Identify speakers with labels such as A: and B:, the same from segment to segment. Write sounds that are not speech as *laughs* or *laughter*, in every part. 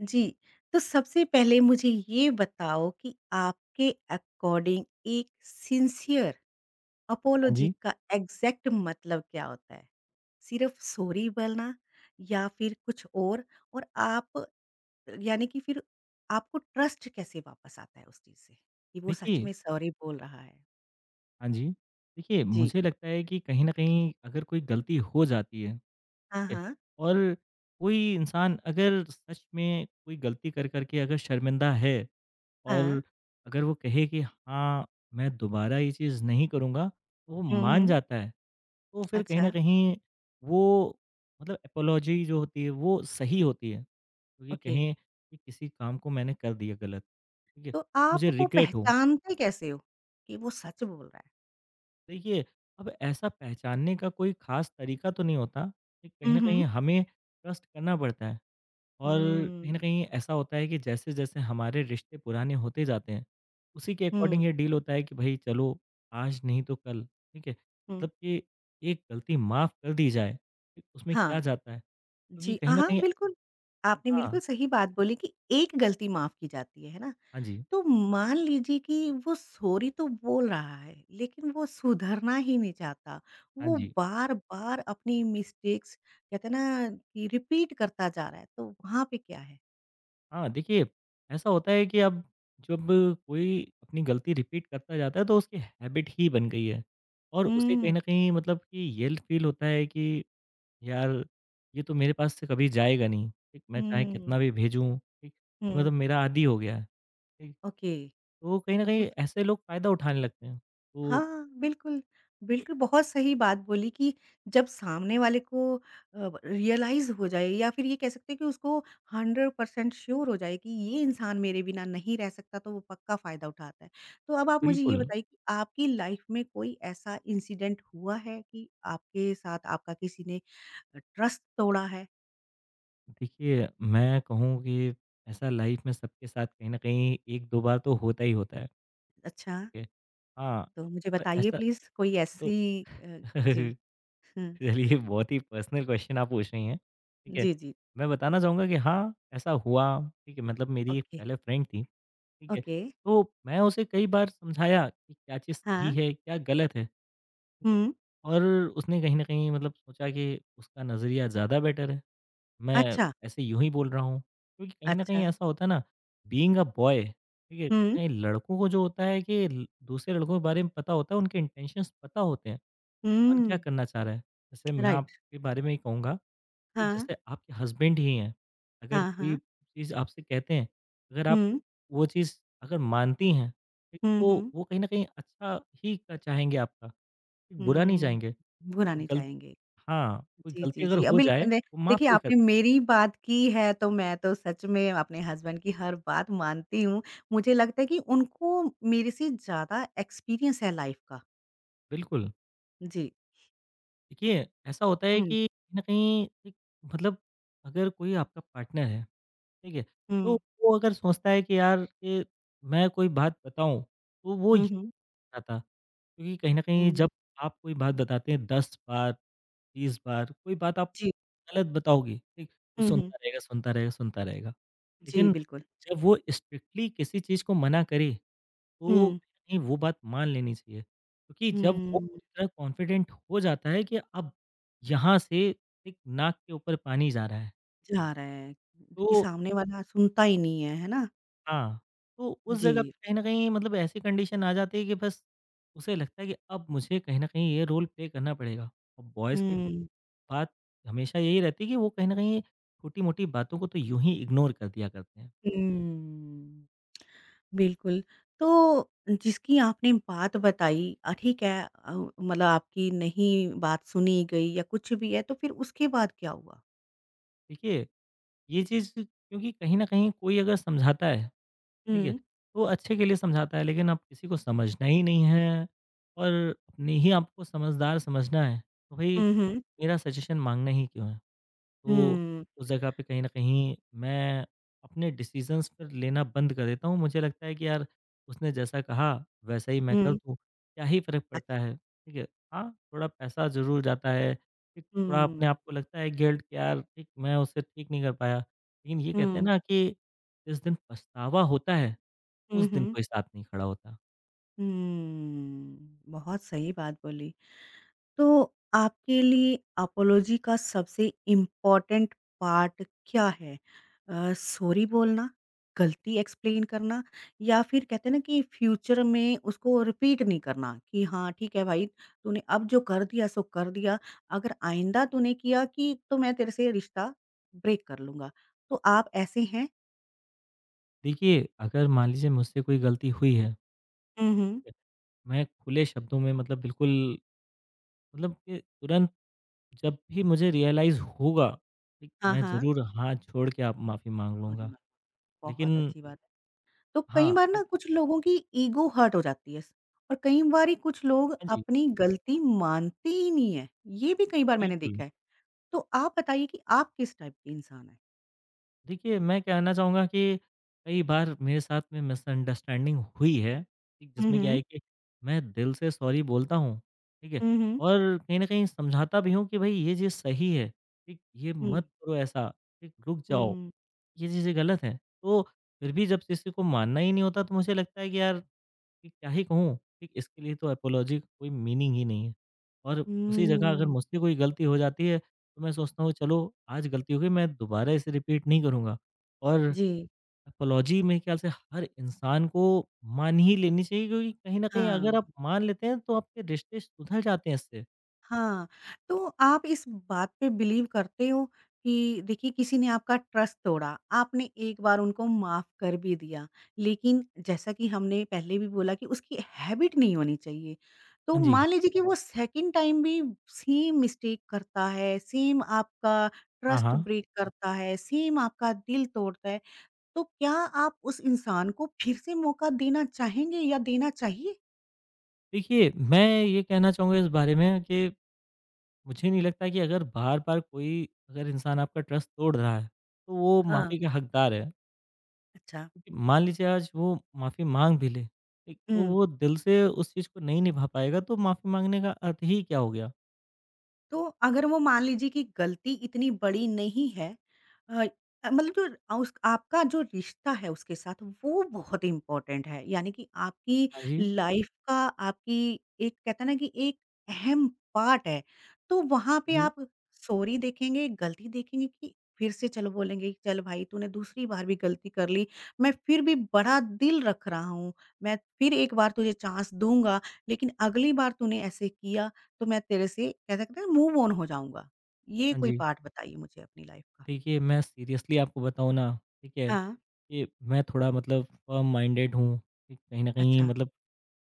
A: जी, तो सबसे पहले मुझे ये बताओ कि आपके अकॉर्डिंग एक सिंसियर
B: हाँ
A: अपोलॉजी
B: जी।
A: का एग्ज़ैक्ट मतलब क्या होता है? सिर्फ़ सॉरी बोलना या फिर कुछ और? और आप यानी कि फिर आपको ट्रस्ट कैसे वापस आता है उस चीज़ से, कि वो सच
B: देखिए
A: में सॉरी बोल रहा है?
B: हाँ जी। देखिए,
A: जी।
B: मुझे लगता है कि कहीं न कहीं अगर कोई गलती हो जाती है, ठीक
A: हाँ,
B: है?
A: हाँ।
B: और कोई इंसान अगर सच में कोई गलती कर के अगर शर्मिंदा है
A: हाँ।
B: और अगर वो कहे कि हाँ, मैं दोबारा ये चीज़ नहीं करूँगा, तो वो
A: हुँ,
B: मान
A: हुँ।
B: जाता है, तो फिर कहीं
A: अच्छा,
B: न कहीं वो मतलब एपोलॉजी जो होती है, वो सही होती है। क्योंकि
A: ओके।
B: कहें कि किसी काम को मैंने कर दिया गलत, ठीक है?
A: तो आप
B: मुझे
A: वो
B: रिग्रेट हो।
A: पहचानते कैसे हो, कि वो सच बोल रहा है?
B: देखिए, अब ऐसा पहचानने का कोई ख़ास तरीका तो नहीं होता कि कहीं
A: हुँ,
B: न कहीं
A: हुँ।
B: हमें ट्रस्ट करना पड़ता है और कहीं न
A: हुँ।
B: कहीं ऐसा होता है कि जैसे-जैसे हमारे रिश्ते पुराने होते जाते हैं, उसी के अकॉर्डिंग
A: हुँ,
B: ये डील होता है कि भई चलो आज नहीं तो कल, ठीक है?
A: हुँ।
B: मतलब कि एक गलती माफ़ कर दी जाए, ठीक, उसमें क्या
A: हाँ।
B: जाता है? क्योंकि
A: जी,
B: कहीं न
A: हाँ,
B: कहीं
A: बिल्कुल। आपने
B: हाँ,
A: बिल्कुल सही बात बोली कि एक गलती माफ़ की जाती है ना?
B: हाँ जी,
A: तो मान लीजिए कि वो सॉरी तो बोल रहा है, लेकिन वो सुधरना ही नहीं चाहता।
B: हाँ
A: वो
B: जी।
A: बार-बार अपनी मिस्टेक्स कहते हैं ना कि रिपीट करता जा रहा है, तो वहाँ पे क्या है?
B: हाँ, देखिए, ऐसा होता है कि अब जब कोई अपनी गलती रिपीट करता जाता है तो उसकी हैबिट ही बन गई है और उसे
A: हुँ,
B: कहीं न कहीं मतलब कि ये फ़ील होता है कि यार ये तो मेरे पास से कभी जाएगा नहीं, ठीक? मैं चाहे
A: हुँ,
B: कितना भी भेजूँ, ठीक? ये
A: हुँ।
B: मतलब मेरा आदी हो गया है, ठीक?
A: ओके,
B: तो कहीं न
A: तो
B: कहीं
A: फिर
B: ऐसे लोग फ़ायदा उठाने लगते हैं। तो
A: हाँ, बिल्कुल।
B: अ,
A: बिल्कुल, बहुत सही बात बोली कि जब सामने वाले को रियलाइज़ हो जाए या फिर ये कह सकते हैं कि उसको 100% श्योर हो जाए कि ये इंसान मेरे बिना नहीं रह सकता, तो वो पक्का फ़ायदा उठाता है। तो अब आप मुझे ये
B: बिल्कुल,
A: बताइए कि आपकी लाइफ़ में कोई ऐसा इंसिडेंट हुआ है कि आपके साथ आपका किसी ने ट्रस्ट तोड़ा है?
B: देखिए मैं कहूँ कि ऐसा लाइफ़ में सबके साथ कहीं न कहीं 1-2 बार तो होता ही होता है,
A: अच्छा,
B: ठीक है? हाँ,
A: तो मुझे बताइए
B: ऐसा
A: प्लीज़ कोई
B: तो
A: ऐसी जी,
B: *laughs*
A: हुँ।
B: चलिए बहुत ही पर्सनल क्वेश्चन आप पूछ रही हैं, ठीक है।
A: जी, जी।
B: मैं बताना चाहूँगा कि हाँ, ऐसा हुआ, ठीक है, मतलब मेरी एक
A: ओके,
B: पहले फ्रेंड थी, ठीक है।
A: ओके।
B: तो मैं उसे कई बार समझाया कि क्या चीज़ सही
A: हाँ।
B: है, क्या गलत है, ठीक है।
A: हुँ।
B: और उसने कहीं न कहीं मतलब सोचा कि उसका नज़रिया ज़्यादा बेटर है, मैं
A: अच्छा,
B: ऐसे यूँ ही बोल रहा हूँ। क्योंकि कहीं न कहीं
A: अच्छा।
B: ऐसा होता है ना बीइंग अ बॉय, ठीक है,
A: हुँ।
B: कहीं लड़कों को जो होता है कि ल दूसरे लड़कों के बारे में पता होता है, उनके इंटेंशंस पता होते हैं। कौन क्या
A: हुँ,
B: करना चाह रहा है? जैसे मैं
A: राइट।
B: आपके बारे में ही कहूँगा कि
A: हाँ,
B: जैसे आपके हस्बैंड ही हैं, अगर
A: हाँ,
B: कोई
A: हाँ।
B: चीज़ आपसे कहते हैं, अगर आप
A: हुँ,
B: वो चीज़ अगर मानती हैं, ठीक,
A: हुँ,
B: तो
A: हुँ।
B: वो कहीं न कहीं अच्छा ही क चाहेंगे आपका, ठीक, बुरा नहीं
A: हुँ,
B: चाहेंगे।
A: भुनाने
B: गलत
A: चाहेंगे।
B: हाँ, कोई
A: जी,
B: गलती
A: जी,
B: अगर
A: जी। अ,
B: हो
A: बिल्क
B: जाए,
A: दे
B: वो माफ़
A: देखिए
B: भी कर
A: आपने
B: देंगे,
A: मेरी बात की है तो मैं तो सच में अपने हस्बैंड की हर बात मानती हूँ। मुझे लगता है कि उनको मेरे से ज़्यादा एक्सपीरियंस है लाइफ़ का।
B: बिल्कुल।
A: जी।
B: देखिए, ऐसा होता है
A: हुँ,
B: कि कहीं न कहीं एक मतलब अगर कोई आपका पार्टनर है, ठीक है? तो
A: हुँ।
B: वो अगर सोचता है कि यार, ये मैं कोई बात बताऊँ, तो वो ये
A: हुँ, हुँ।
B: नहीं चाहता। क्योंकि कहीं न कहीं
A: हुँ,
B: जब आप कोई बात बताते हैं 10 बार, 20 बार, कोई बात आप
A: जी।
B: गलत बताओगे, ठीक? वो
A: हुँ, हुँ।
B: सुनता रहेगा, सुनता रहेगा, सुनता रहेगा।
A: जी,
B: लेकिन
A: बिल्कुल।
B: जब वो स्ट्रिक्टली किसी चीज़ को मना करे, तो
A: हुँ,
B: कहीं वो बात मान लेनी चाहिए। क्योंकि जब वो
A: हुँ,
B: पूरी तरह कॉन्फिडेंट हो जाता है कि अब यहाँ से एक नाक के ऊपर पानी जा रहा है,
A: जा रहा है कि
B: तो
A: सामने वाला सुनता ही नहीं है, है ना?
B: हाँ, तो उस
A: जी।
B: जगह पे कहीं न कहीं मतलब ऐसी कंडीशन आ जाती है कि बस उसे लगता है कि अब मुझे कहीं न कहीं ये रोल प्ले करना पड़ेगा। और बॉयज़ की
A: हुँ।
B: बात हमेशा यही रहती है कि वो कहीं न कहीं छोटी-मोटी बातों को तो यूँ ही इग्नोर कर दिया करते हैं।
A: हुँ, बिल्कुल। तो जिसकी आपने बात बताई ठीक है मतलब आपकी नहीं बात सुनी गई या कुछ भी है, तो फिर उसके बाद क्या हुआ?
B: देखिए, ये चीज़ क्योंकि कहीं न कहीं कोई अगर समझाता है, ठीक है,
A: हुँ।
B: तो अच्छे के लिए समझाता है लेकिन अब किसी को समझना ही नहीं है और अपने ही आपको समझदार समझना है, तो भई
A: हुँ, हुँ।
B: मेरा सजेशन माँगना ही क्यों है? तो
A: हुँ,
B: उस जगह पे कहीं न कहीं मैं अपने डिसीज़न्स पर लेना बंद कर देता हूँ। मुझे लगता है कि यार उसने जैसा कहा वैसा ही मैं कर
A: हुँ,
B: दूँ, क्या ही फ़र्क पड़ता
A: अच्छ
B: है, ठीक है? हाँ, थोड़ा पैसा ज़रूर जाता है, ठीक थोड़ा अपने
A: हुँ,
B: आप को लगता है गिल्ट कि यार ठीक मैं उसे ठीक नहीं कर पाया। लेकिन ये कहते हैं
A: हुँ,
B: ना कि जिस दिन पछतावा होता है,
A: हुँ,
B: उस दिन
A: हुँ,
B: कोई साथ नहीं खड़ा होता।
A: हुँ। बहुत सही बात बोली। तो आपके लिए अपोलॉजी का सबसे इम्पोर्टेंट पार्ट क्या है? सॉरी बोलना, गलती एक्सप्लेन करना या फिर कहते हैं ना कि फ्यूचर में उसको रिपीट नहीं करना कि हाँ, ठीक है भाई, तूने अब जो कर दिया सो कर दिया, अगर आइंदा तूने किया कि तो मैं तेरे से रिश्ता ब्रेक कर लूँगा। तो आप ऐसे हैं?
B: देखिए, अगर मान लीजिए मुझसे कोई गलती हुई है,
A: हुँ, हुँ।
B: मैं खुले शब्दों में मतलब बिल्कुल मतलब कि तुरंत जब भी मुझे रियलाइज़ होगा, ठीक,
A: हाँ,
B: मैं जी।
A: हाँ।
B: ज़रूर हाथ जोड़ के आप माफ़ी माँग
A: अरे
B: लूँगा।
A: वाह! बहुत
B: लेकिन
A: अच्छी बात। तो कई
B: हाँ,
A: बार ना कुछ लोगों की ईगो हर्ट हो जाती है और कई बारी कुछ लोग
B: हाँ जी,
A: अपनी गलती मानते ही नहीं है। ये भी कई बार मैंने
B: बिल्कुल।
A: देखा है। तो आप बताइए कि आप किस टाइप के इंसान हैं?
B: देखिए, मैं कहना चाहूँगा कि कई बार मेरे साथ में मिसअंडरस्टैंडिंग हुई है, ठीक,
A: हुँ,
B: जिसमें क्या
A: हुँ।
B: है कि मैं दिल से सॉरी बोलता हूँ, ठीक है?
A: हुँ, हुँ।
B: और कहीं न कहीं समझाता भी हूँ कि भई ये चीज़ सही है, ठीक? ये
A: हुँ,
B: मत करो ऐसा, ठीक? रुक
A: हुँ,
B: जाओ,
A: हुँ।
B: ये चीज़ें गलत हैं। तो फिर भी जब किसी को मानना ही नहीं होता तो मुझे लगता है कि यार कि क्या ही कहूँ, ठीक इसके लिए तो अपोलॉजी का कोई मीनिंग ही नहीं है। और उसी जगह अगर
A: हुँ।
B: मुझसे कोई गलती हो जाती है, तो मैं सोचता हूँ चलो आज गलती हो गई मैं दोबारा इसे रिपीट नहीं करूँगा। और
A: जी,
B: अपोलॉजी मेरे ख्याल से हर इंसान को मान ही लेनी चाहिए क्योंकि कहीं न कहीं अगर
A: हाँ।
B: आप मान लेते हैं तो आपके रिश्ते सुधर जाते हैं इससे।
A: हाँ, तो आप इस बात पे बिलीव करते हो कि देखिए किसी ने आपका ट्रस्ट तोड़ा, आपने एक बार उनको माफ़ कर भी दिया, लेकिन जैसा कि हमने पहले भी बोला कि उसकी हैबिट नहीं होनी चाहिए। तो
B: हाँ जी।
A: मान लीजिए कि वो सेकंड टाइम भी सेम मिस्टेक करता है, सेम आपका
B: हाँ,
A: ट्रस्ट
B: हाँ।
A: ब्रेक करता है, सेम आपका दिल तोड़ता है, तो क्या आप उस इंसान को फिर से मौका देना चाहेंगे या देना चाहिए?
B: देखिए मैं ये कहना चाहूँगा इस बारे में कि मुझे नहीं लगता कि अगर बार-बार कोई अगर इंसान आपका ट्रस्ट तोड़ रहा है, तो वो
A: हाँ,
B: माफ़ी का हकदार है।
A: अच्छा।
B: मान लीजिए आज वो माफ़ी माँग भी ले, ठीक, तो वो दिल से उस चीज़ को नहीं निभा पाएगा तो माफ़ी माँगने का अर्थ ही क्या हो गया?
A: तो अगर वो मान लीजिए कि गलती इतनी बड़ी नहीं है अ, मतलब जो उस आपका जो रिश्ता है उसके साथ वो बहुत इम्पोर्टेंट है। यानी कि आपकी
B: हाँ जी,
A: लाइफ का आपकी एक कहते हैं ना कि एक अहम पार्ट है। तो वहाँ पे
B: जी,
A: आप सॉरी देखेंगे, गलती देखेंगे कि फिर से चलो बोलेंगे कि चल भाई तूने दूसरी बार भी गलती कर ली, मैं फिर भी बड़ा दिल रख रहा हूँ, मैं फिर एक बार तुझे चाँस दूँगा, लेकिन अगली बार तूने ऐसे किया तो मैं तेरे से कह सकते हैं मूव ऑन हो जाऊँगा। ये
B: हाँ
A: कोई
B: जी।
A: पार्ट बताइए मुझे अपनी लाइफ़ का?
B: देखिए मैं सीरियसली आपको बताऊँ ना, ठीक है,
A: हाँ।
B: कि मैं थोड़ा मतलब फर्म माइंडेड हूँ, ठीक, कहीं न कहीं
A: अच्छा।
B: मतलब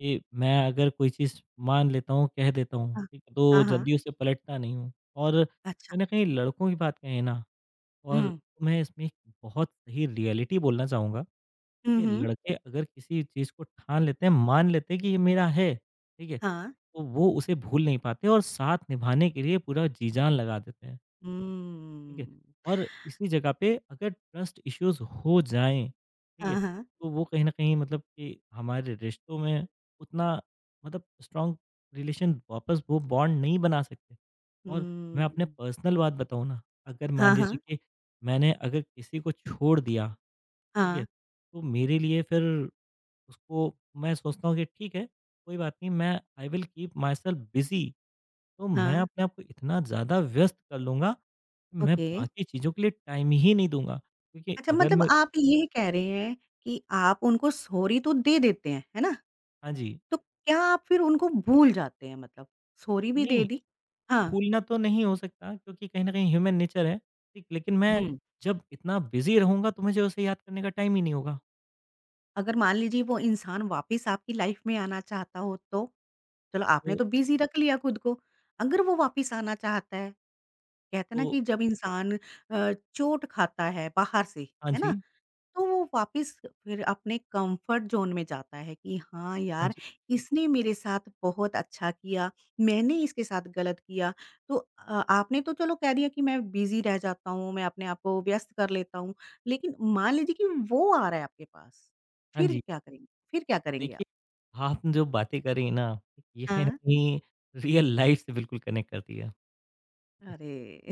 B: कि मैं अगर कोई चीज़ मान लेता हूँ, कह देता हूँ,
A: हाँ।
B: ठीक, तो
A: हाँ, हाँ।
B: जल्दी उसे पलटता नहीं हूँ। और
A: अच्छा।
B: कहीं न कहीं लड़कों की बात कहें ना और
A: हुँ।
B: मैं इसमें एक बहुत सही रियलिटी बोलना चाहूँगा
A: हुँ,
B: ये
A: हुँ।
B: लड़के अगर किसी चीज़ को ठान लेते हैं, मान लेते हैं कि ये मेरा है, ठीक है?
A: हाँ।
B: तो वो उसे भूल नहीं पाते और साथ निभाने के लिए पूरा जी-जान लगा देते हैं, ठीक है?
A: हम्म।
B: और इसी जगह पे अगर ट्रस्ट इश्यूज़ हो जाएँ, ठीक है?
A: हाँ, हाँ।
B: तो वो कहीं न कहीं मतलब कि हमारे रिश्तों में उतना मतलब स्ट्रॉन्ग रिलेशन वापस वो बॉन्ड नहीं बना सकते। और मैं अपने
A: हम्म।
B: पर्सनल बात बताऊँ ना, अगर मान
A: हाँ,
B: लीजिए
A: हाँ।
B: कि मैंने अगर किसी को छोड़ दिया, ठीक
A: हाँ,
B: है? तो मेरे लिए फिर उसको मैं सोचता हूँ कि ठीक है, कोई बात नहीं मैं I will keep myself busy तो मैं
A: हाँ।
B: अपने आप को इतना ज़्यादा व्यस्त कर लूँगा, कि मैं
A: ओके।
B: बाकी चीज़ों के लिए टाइम ही नहीं दूँगा। क्योंकि
A: अच्छा
B: अगर
A: मतलब
B: मैं
A: आप ये कह रहे हैं कि आप उनको सॉरी तो दे देते हैं, है ना?
B: हाँ जी,
A: तो क्या आप फिर उनको भूल जाते हैं मतलब? सॉरी भी दे
B: नहीं
A: दी हाँ।
B: भूलना तो नहीं हो सकता क्योंकि कहीं न कहीं ह्यूमन नेचर है, ठीक? लेकिन मैं
A: हुँ।
B: जब इतना बिज़ी रहूँगा तो मुझे उसे याद करने का टाइम ही नहीं होगा।
A: अगर मान लीजिए वो इंसान वापस आपकी लाइफ़ में आना चाहता हो तो? चलो आपने
B: तो
A: तो बिज़ी रख लिया खुद को, अगर वो वापिस आना चाहता है, कहते हैं ना
B: तो
A: कि जब इंसान चोट खाता है बाहर से,
B: हाँ
A: है ना?
B: जी,
A: तो वो वापिस फिर अपने कम्फ़र्ट ज़ोन में जाता है कि हाँ
B: हाँ
A: यार,
B: जी,
A: इसने मेरे साथ बहुत अच्छा किया, मैंने इसके साथ गलत किया। तो आपने तो चलो कह दिया कि मैं बिज़ी रह जाता हूँ, मैं अपने आप को व्यस्त कर लेता हूँ, लेकिन मान लीजिए कि वो आ रहा है आपके पास,
B: हाँ
A: फिर
B: जी।
A: क्या करेंगे फिर क्या करेंगे आप?
B: देखिए, आपने जो बातें करी ना, ये कहीं न
A: हाँ।
B: कहीं रियल लाइफ़ से बिल्कुल कनेक्ट करती है।
A: अरे!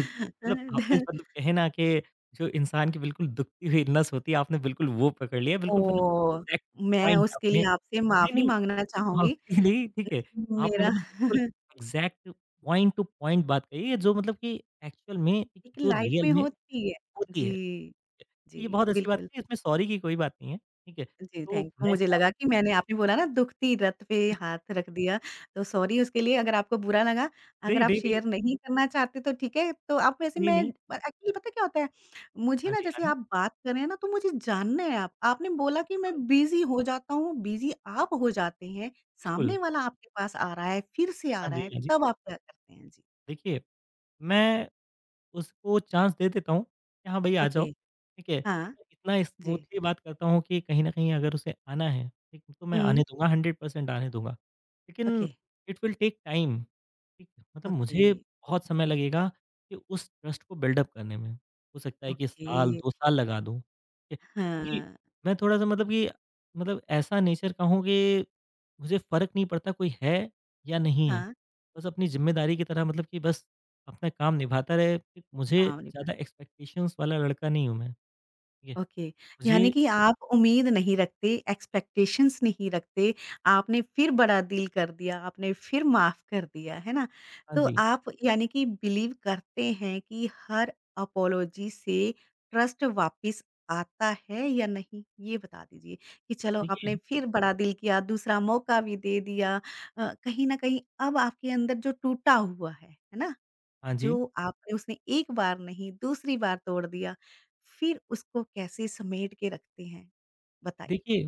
B: मतलब आपने मतलब कहे ना कि जो इंसान की बिल्कुल दुखती हुई नस होती है, आपने बिल्कुल वो पकड़ लिया, बिल्कुल मतलब
A: ओह!
B: एग्ज़ैक्ट
A: मैं
B: पॉइंट
A: उसके
B: आपने
A: लिए आपसे
B: नहीं,
A: माफ़ी
B: नहीं,
A: माँगना
B: हाँ,
A: चाहूँगी।
B: *laughs* नहीं, ठीक है। आपने
A: मेरा *laughs*
B: मतलब बिल्कुल एग्ज़ैक्ट पॉइंट टू पॉइंट बात कही है, जो मतलब कि एक्चुअल में एक
A: एक
B: जो
A: लाइफ़
B: रियल
A: में
B: में
A: होती है।
B: होती है।
A: जी,
B: ठीक है, तो ये
A: जी,
B: बहुत अच्छी बात
A: बिल्कुल।
B: है, इसमें सॉरी की कोई बात नहीं है, ठीक है।
A: जी,
B: तो
A: थैंक यू।
B: मैं
A: मुझे
B: इसमें आप
A: लगा कि मैंने आपने बोला ना दुखती रत पे हाथ रख दिया, तो सॉरी उसके लिए अगर आपको बुरा लगा, अगर
B: नहीं,
A: आप
B: नहीं, नहीं,
A: शेयर नहीं करना चाहते तो ठीक है, तो आप वैसे
B: नहीं,
A: मैं
B: नहीं।
A: एक्चुअली पता क्या होता है, मुझे
B: हाँ
A: ना
B: जी, हाँ
A: जैसे
B: जी,
A: आप बात कर रहे हैं ना तो मुझे जानना है आप आपने बोला कि मैं बिज़ी हो जाता हूँ, बिज़ी आप हो जाते हैं,
B: बिल्कुल।
A: सामने वाला आपके पास आ रहा है, फिर से आ
B: हाँ
A: रहा
B: जी,
A: है,
B: हाँ जी।
A: तब आप क्या करते हैं? जी।
B: देखिए, मैं उसको चांस दे देता हूँ कि हाँ, भई आ जाओ,
A: ओके,
B: ठीक है?
A: हाँ,
B: और इतना
A: जी।
B: स्मूथली बात करता हूँ कि कहीं न कहीं अगर उसे आना है, ठीक, तो मैं
A: हुँ,
B: आने दूँगा 100% आने दूँगा।
A: ओके,
B: लेकिन इट विल टेक टाइम ठीक है, मतलब
A: ओके,
B: मुझे बहुत समय लगेगा कि उस ट्रस्ट को बिल्डअप करने में। हो सकता है कि
A: ओके।
B: साल 2 साल लगा दूँ, ठीक है? क्योंकि
A: हाँ,
B: मैं थोड़ा-सा मतलब कि मतलब ऐसा नेचर का हूँ कि मुझे फ़र्क नहीं पड़ता कोई है या नहीं है।
A: हाँ,
B: बस अपनी ज़िम्मेदारी की तरह मतलब कि बस अपना काम निभाता रहे। ठीक, मुझे
A: हाँ,
B: ज़्यादा एक्सपेक्टेशंस वाला लड़का नहीं हूँ मैं, ठीक है?
A: ओके, यानी
B: मुझे
A: कि आप उम्मीद नहीं रखते, एक्सपेक्टेशंस नहीं रखते, आपने फिर बड़ा डील कर दिया, आपने फिर माफ़ कर दिया, है ना?
B: हाँ
A: तो
B: जी,
A: आप यानी कि बिलीव करते हैं कि हर अपोलॉजी से ट्रस्ट वापिस आता है या नहीं? ये बता दीजिए कि चलो आपने
B: देखिए
A: फिर बड़ा डील किया, दूसरा मौका भी दे दिया कहीं न कहीं अब आपके अंदर जो टूटा हुआ है ना?
B: हाँ जी,
A: जो आपने उसने एक बार नहीं दूसरी बार तोड़ दिया, फिर उसको कैसे समेट के रखते हैं? बताइए?
B: देखिए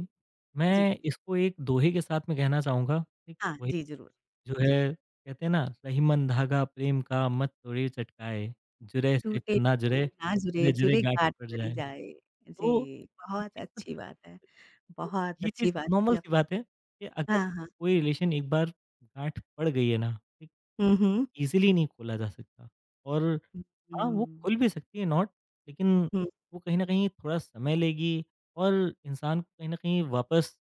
A: जी।
B: मैं इसको एक दोहे के साथ में कहना चाहूँगा, ठीक?
A: हाँ,
B: वही
A: जी ज़रूर।
B: जो
A: जी।
B: है कहते हैं ना रहीमन धागा प्रेम का मत तोड़िए चटकाए, जुड़े से
A: टूटे
B: फिर ना जुड़े,
A: टूटे ना जुड़े,
B: जुड़े-जुड़े
A: जुड़े
B: गांठ
A: गाँठ
B: पड़
A: परी
B: जाए।
A: जाए।
B: तो
A: जी,
B: ये
A: बहुत
B: चीज़ मतलब
A: अच्छी बात है।
B: तो
A: बहुत
B: ये
A: अच्छी
B: चीज़
A: बात की
B: नॉर्मल सी
A: आपने।
B: बात है कि अगर
A: हाँ, हाँ।
B: कोई रिलेशन एक बार गांठ पड़ गई है ना, ठीक,
A: हुँ, हुँ।
B: ईज़िली नहीं खोला जा सकता और
A: हुँ,
B: हाँ, वो
A: हुँ।
B: खुल भी सकती है नॉट लेकिन
A: हुँ,
B: वो कहीं न कहीं थोड़ा समय लेगी और इंसान को कहीं न कहीं वापस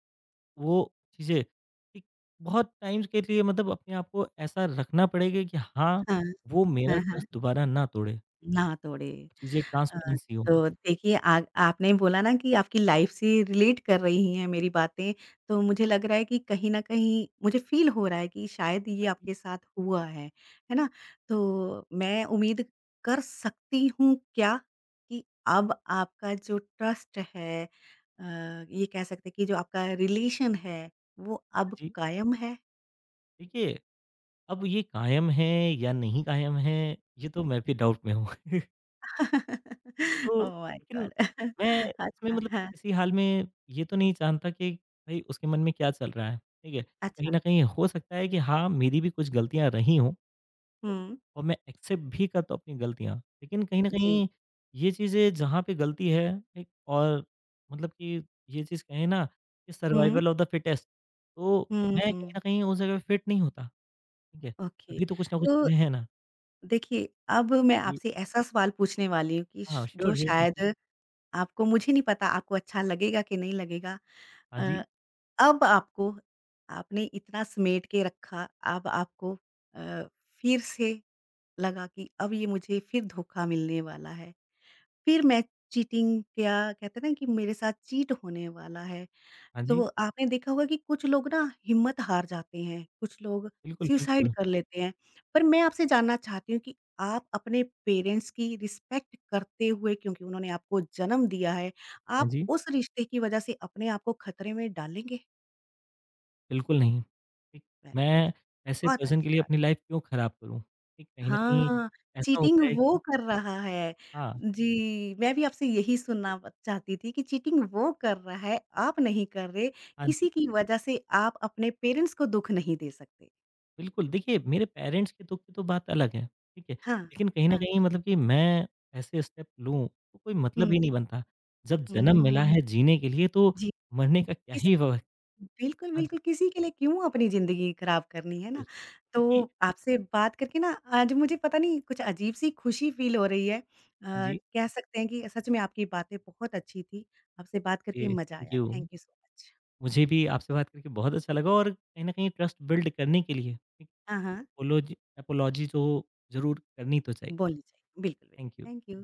B: वो चीज़ें एक बहुत टाइम के लिए मतलब अपने आप को ऐसा रखना पड़ेगा कि हाँ,
A: हाँ,
B: वो मेरा
A: हाँ, हाँ।
B: ट्रस्ट दोबारा ना तोड़े,
A: ना तोड़े।
B: चीज़ें
A: अ,
B: ट्रांसपेरेंसी हो।
A: तो देखिए आ आपने बोला ना कि आपकी लाइफ से रिलेट कर रही हैं मेरी बातें, तो मुझे लग रहा है कि कहीं न कहीं मुझे फ़ील हो रहा है कि शायद ये आपके साथ हुआ है ना? तो मैं उम्मीद कर सकती हूँ क्या कि अब आपका जो ट्रस्ट है अ, ये कह सकते हैं कि जो आपका रिलेशन है, वो अब
B: जी,
A: कायम है?
B: देखिए अब ये कायम है या नहीं कायम है, ये तो मैं भी डाउट में हूँ। *laughs*
A: *laughs*
B: तो
A: ओह माय
B: लेकिन
A: गॉड!
B: मैं
A: *laughs*
B: इसमें
A: अच्छा,
B: मतलब
A: हाँ,
B: किसी हाल में ये तो नहीं जानता कि भई उसके मन में क्या चल रहा है, ठीक है? कहीं
A: अच्छा।
B: न कहीं हो सकता है कि हाँ, मेरी भी कुछ गलतियाँ रही हों है
A: हुँ,
B: और मैं एक्सेप्ट भी करता हूँ अपनी गलतियाँ। लेकिन कहीं न
A: जी।
B: कहीं ये चीज़ें जहाँ पे गलती है एक और मतलब कि ये चीज़ कहें ना कि
A: हुँ,
B: सर्वाइवल ऑफ द फिटेस्ट तो
A: हुँ,
B: मैं कहीं
A: हुँ।
B: न कहीं उस जगह पे फिट नहीं होता, ठीक है?
A: ओके।
B: तभी तो कुछ ना कुछ
A: तो
B: चीज़ें हैं ना।
A: देखिए, अब मैं
B: जी,
A: आपसे ऐसा सवाल पूछने वाली हूँ कि
B: हाँ,
A: श जो
B: श्योर, श्योर, बिल्कुल।
A: शायद आपको मुझे नहीं पता आपको अच्छा लगेगा कि नहीं लगेगा।
B: हाँ
A: अ,
B: जी,
A: अब आपको आपने इतना समेट के रखा, अब आपको अ, फिर से लगा कि अब ये मुझे फिर धोखा मिलने वाला है। फिर मैं चीटिंग क्या कहते हैं ना कि मेरे साथ चीट होने वाला है।
B: हाँ
A: तो
B: जी।
A: आपने देखा होगा कि कुछ लोग ना हिम्मत हार जाते हैं, कुछ लोग
B: बिल्कुल,
A: सुसाइड
B: बिल्कुल।
A: कर लेते हैं। पर मैं आपसे जानना चाहती हूँ कि आप अपने पेरेंट्स की रिस्पेक्ट करते हुए क्योंकि उन्होंने आपको जन्म दिया है,
B: हाँ
A: आप
B: जी,
A: उस रिश्ते की वजह से अपने आप को खतरे में डालेंगे?
B: बिल्कुल नहीं। ठीक,
A: वेरी गुड,
B: मैं ऐसे
A: बहुत
B: पर्सन के
A: अच्छी
B: लिए
A: बात।
B: अपनी लाइफ़ क्यों खराब करूँ? ठीक, कहीं न कहीं
A: हाँ,
B: ऐसा
A: चीटिंग
B: होता है
A: वो
B: कि
A: कर रहा है।
B: हाँ,
A: जी, मैं भी आपसे यही सुनना ब चाहती थी कि चीटिंग वो कर रहा है, आप नहीं कर रहे,
B: हाँ जी।
A: किसी की वजह से आप अपने पेरेंट्स को दुःख नहीं दे सकते।
B: बिल्कुल, देखिए मेरे पेरेंट्स के दुःख की तो बात अलग है, ठीक है?
A: हाँ,
B: लेकिन कहीं न
A: हाँ।
B: कहीं मतलब कि मैं ऐसे स्टेप लूँ, तो कोई मतलब
A: हुँ,
B: ही नहीं बनता। जब जन्म
A: हुँ,
B: मिला है जीने के लिए तो
A: जी।
B: मरने का क्या
A: किस
B: ही व
A: बिल्कुल,
B: हाँ जी,
A: बिल्कुल, किसी के लिए क्यों अपनी ज़िंदगी खराब करनी, है
B: बिल्कुल।
A: ना? तो
B: क्योंकि
A: आपसे बात करके ना आज मुझे पता नहीं कुछ अजीब-सी खुशी फ़ील हो रही है।
B: हाँ जी,
A: कह सकते हैं कि सच में आपकी बातें बहुत अच्छी थी। आपसे बात
B: ए,
A: करके मज़ा
B: थैंक
A: आया।
B: You.
A: Thank you so much.
B: मुझे भी आपसे बात करके बहुत अच्छा लगा और कहीं न कहीं ट्रस्ट बिल्ड करने के लिए एक
A: हाँ, हाँ,
B: एपोलॉजी एपोलॉजी जो ज़रूर करनी तो चाहिए।
A: बोलनी चाहिए। बिल्कुल,
B: थैंक यू।
A: बिल्कुल। Thank you.